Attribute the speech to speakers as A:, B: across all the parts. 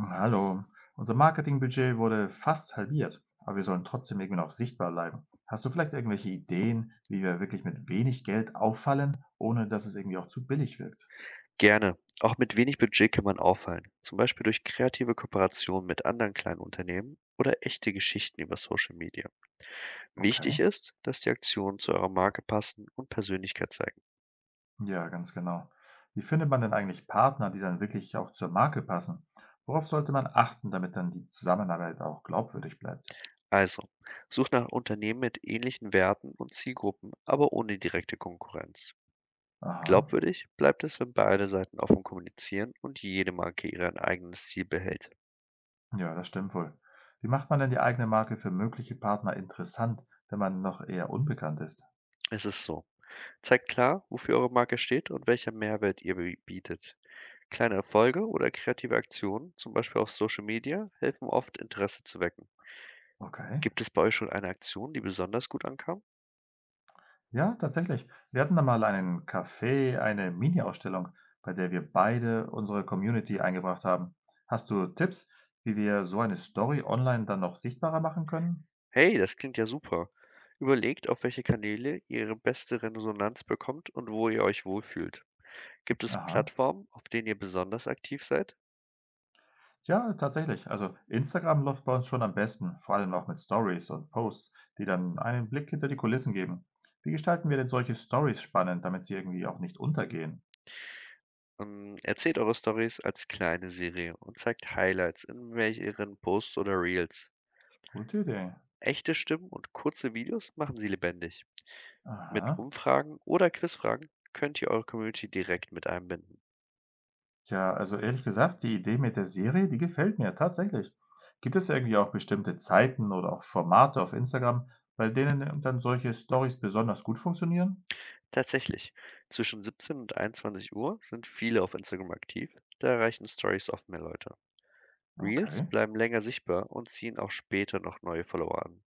A: Hallo. Unser Marketingbudget wurde fast halbiert, aber wir sollen trotzdem irgendwie noch sichtbar bleiben. Hast du vielleicht irgendwelche Ideen, wie wir wirklich mit wenig Geld auffallen, ohne dass es irgendwie auch zu billig wirkt?
B: Gerne. Auch mit wenig Budget kann man auffallen, zum Beispiel durch kreative Kooperationen mit anderen kleinen Unternehmen oder echte Geschichten über Social Media.
A: Okay,
B: Wichtig ist, dass die Aktionen zu eurer Marke passen und Persönlichkeit zeigen.
A: ja, ganz genau. Wie findet man denn eigentlich Partner, die dann wirklich auch zur Marke passen? Worauf sollte man achten, damit dann die Zusammenarbeit auch glaubwürdig bleibt?
B: Also, sucht nach Unternehmen mit ähnlichen Werten und Zielgruppen, aber ohne direkte Konkurrenz.
A: Aha,
B: Glaubwürdig bleibt es, wenn beide Seiten offen kommunizieren und jede Marke ihren eigenen Stil behält.
A: ja, das stimmt wohl. Wie macht man denn die eigene Marke für mögliche Partner interessant, wenn man noch eher unbekannt ist?
B: Es ist so. Zeigt klar, wofür eure Marke steht und welcher Mehrwert ihr bietet. Kleine Erfolge oder kreative Aktionen, zum Beispiel auf Social Media, helfen oft, Interesse zu wecken.
A: Okay.
B: Gibt es bei euch schon eine Aktion, die besonders gut ankam?
A: Ja, tatsächlich. Wir hatten da mal einen Café, eine Mini-Ausstellung, bei der wir beide unsere Community eingebracht haben. Hast du Tipps, wie wir so eine Story online dann noch sichtbarer machen können?
B: Hey, das klingt ja super. Überlegt, auf welche Kanäle ihr ihre beste Resonanz bekommt und wo ihr euch wohlfühlt. Gibt es
A: Aha.
B: Plattformen, auf denen ihr besonders aktiv seid?
A: Ja, tatsächlich. Also Instagram läuft bei uns schon am besten, vor allem auch mit Stories und Posts, die dann einen Blick hinter die Kulissen geben. Wie gestalten wir denn solche Stories spannend, damit sie irgendwie auch nicht untergehen?
B: Erzählt eure Stories als kleine Serie und zeigt Highlights in welch ihren Posts oder Reels.
A: Gute Idee.
B: Echte Stimmen und kurze Videos machen sie lebendig. Mit
A: Aha.
B: Umfragen oder Quizfragen könnt ihr eure Community direkt mit einbinden.
A: Ja, also ehrlich gesagt, die Idee mit der Serie, die gefällt mir tatsächlich. Gibt es irgendwie auch bestimmte Zeiten oder auch Formate auf Instagram, bei denen dann solche Stories besonders gut funktionieren?
B: Tatsächlich, zwischen 17 und 21 Uhr sind viele auf Instagram aktiv, da erreichen Stories oft mehr Leute. Reels
A: Okay,
B: bleiben länger sichtbar und ziehen auch später noch neue Follower an.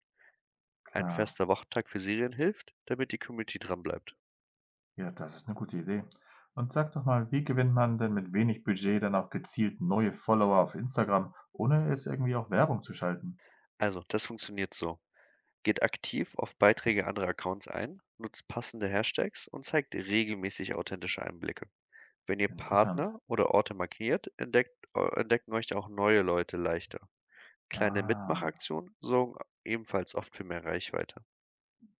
B: Ein
A: klar.
B: fester Wochentag für Serien hilft, damit die Community dran bleibt.
A: Ja, das ist eine gute Idee. Und sag doch mal, wie gewinnt man denn mit wenig Budget dann auch gezielt neue Follower auf Instagram, ohne jetzt irgendwie auch Werbung zu schalten?
B: Also, das funktioniert so. Geht aktiv auf Beiträge anderer Accounts ein, nutzt passende Hashtags und zeigt regelmäßig authentische Einblicke. Wenn ihr
A: Interessant.
B: Partner oder Orte markiert, entdecken euch auch neue Leute leichter. Kleine
A: Ah,
B: Mitmachaktionen sorgen ebenfalls oft für mehr Reichweite.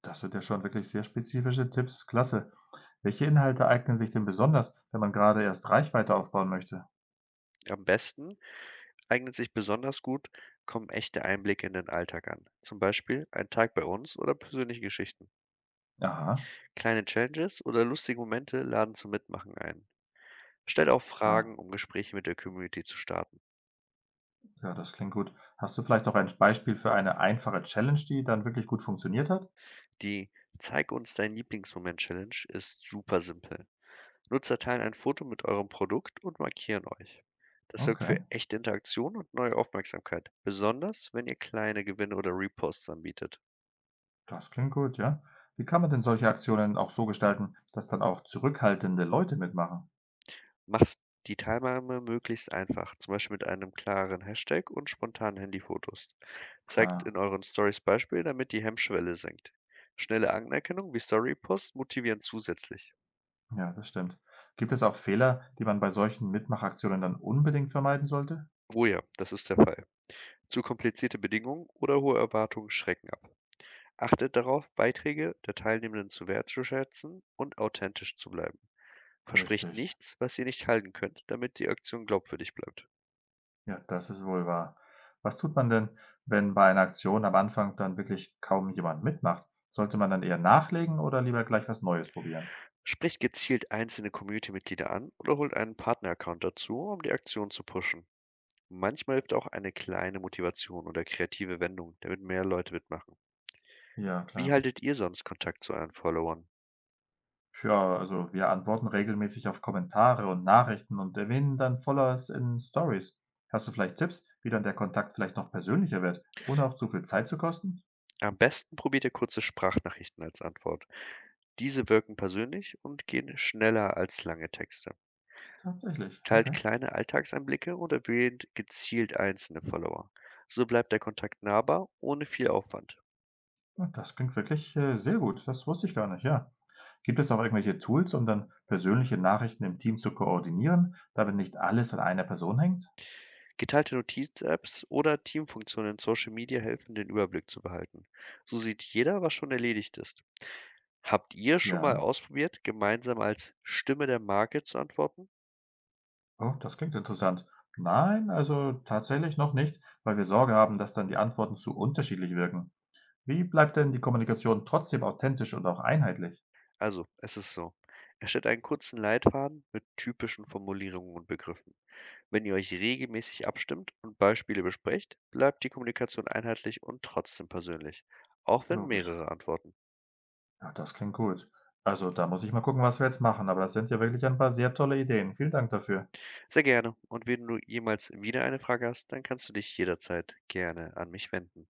A: das sind ja schon wirklich sehr spezifische Tipps. Klasse. Welche Inhalte eignen sich denn besonders, wenn man gerade erst Reichweite aufbauen möchte?
B: Am besten eignet sich besonders gut, kommen echte Einblicke in den Alltag an. Zum Beispiel ein Tag bei uns oder persönliche Geschichten.
A: Aha,
B: Kleine Challenges oder lustige Momente laden zum Mitmachen ein. Stellt auch
A: klar.
B: Fragen, um Gespräche mit der Community zu starten.
A: Ja, das klingt gut. Hast du vielleicht auch ein Beispiel für eine einfache Challenge, die dann wirklich gut funktioniert hat?
B: Die „Zeig uns deinen Lieblingsmoment“-Challenge ist super simpel. Nutzer teilen ein Foto mit eurem Produkt und markieren euch. Das sorgt für
A: Okay,
B: echte Interaktion und neue Aufmerksamkeit, besonders wenn ihr kleine Gewinne oder Reposts anbietet.
A: das klingt gut, ja. Wie kann man denn solche Aktionen auch so gestalten, dass dann auch zurückhaltende Leute mitmachen?
B: Macht die Teilnahme möglichst einfach, zum Beispiel mit einem klaren Hashtag und spontanen Handyfotos. Zeigt in
A: Klar,
B: euren Stories Beispiele, damit die Hemmschwelle sinkt. Schnelle Anerkennung wie Story-Posts motivieren zusätzlich.
A: ja, das stimmt. Gibt es auch Fehler, die man bei solchen Mitmachaktionen dann unbedingt vermeiden sollte?
B: Oh ja, das ist der Fall. Zu komplizierte Bedingungen oder hohe Erwartungen schrecken ab. Achtet darauf, Beiträge der Teilnehmenden zu wertzuschätzen und authentisch zu bleiben. Verspricht
A: Richtig,
B: nichts, was ihr nicht halten könnt, damit die Aktion glaubwürdig bleibt.
A: ja, das ist wohl wahr. Was tut man denn, wenn bei einer Aktion am Anfang dann wirklich kaum jemand mitmacht? Sollte man dann eher nachlegen oder lieber gleich was Neues probieren?
B: Spricht gezielt einzelne Community-Mitglieder an oder holt einen Partner-Account dazu, um die Aktion zu pushen. Manchmal hilft auch eine kleine Motivation oder kreative Wendung, damit mehr Leute mitmachen.
A: Ja,
B: Wie
A: klar.
B: haltet ihr sonst Kontakt zu euren Followern?
A: Ja, also wir antworten regelmäßig auf Kommentare und Nachrichten und erwähnen dann Followers in Stories. Hast du vielleicht Tipps, wie dann der Kontakt vielleicht noch persönlicher wird, ohne auch zu viel Zeit zu kosten?
B: Am besten probiert ihr kurze Sprachnachrichten als Antwort. Diese wirken persönlich und gehen schneller als lange Texte.
A: Tatsächlich,
B: Teilt
A: okay.
B: kleine Alltagsanblicke und erwähnt gezielt einzelne Follower. So bleibt der Kontakt nahbar, ohne viel Aufwand.
A: Ja, das klingt wirklich sehr gut. Das wusste ich gar nicht, ja. Gibt es auch irgendwelche Tools, um dann persönliche Nachrichten im Team zu koordinieren, damit nicht alles an einer Person hängt?
B: Geteilte Notiz-Apps oder Teamfunktionen in Social Media helfen, den Überblick zu behalten. So sieht jeder, was schon erledigt ist. Habt ihr schon mal
A: Ja,
B: ausprobiert, gemeinsam als Stimme der Marke zu antworten?
A: oh, das klingt interessant. Nein, also tatsächlich noch nicht, weil wir Sorge haben, dass dann die Antworten zu unterschiedlich wirken. Wie bleibt denn die Kommunikation trotzdem authentisch und auch einheitlich?
B: Also, es ist so. Erstellt einen kurzen Leitfaden mit typischen Formulierungen und Begriffen. Wenn ihr euch regelmäßig abstimmt und Beispiele besprecht, bleibt die Kommunikation einheitlich und trotzdem persönlich, auch wenn
A: Logisch.
B: mehrere antworten.
A: Ja, das klingt gut. Also, da muss ich mal gucken, was wir jetzt machen, aber das sind ja wirklich ein paar sehr tolle Ideen. Vielen Dank dafür.
B: Sehr gerne. Und wenn du jemals wieder eine Frage hast, dann kannst du dich jederzeit gerne an mich wenden.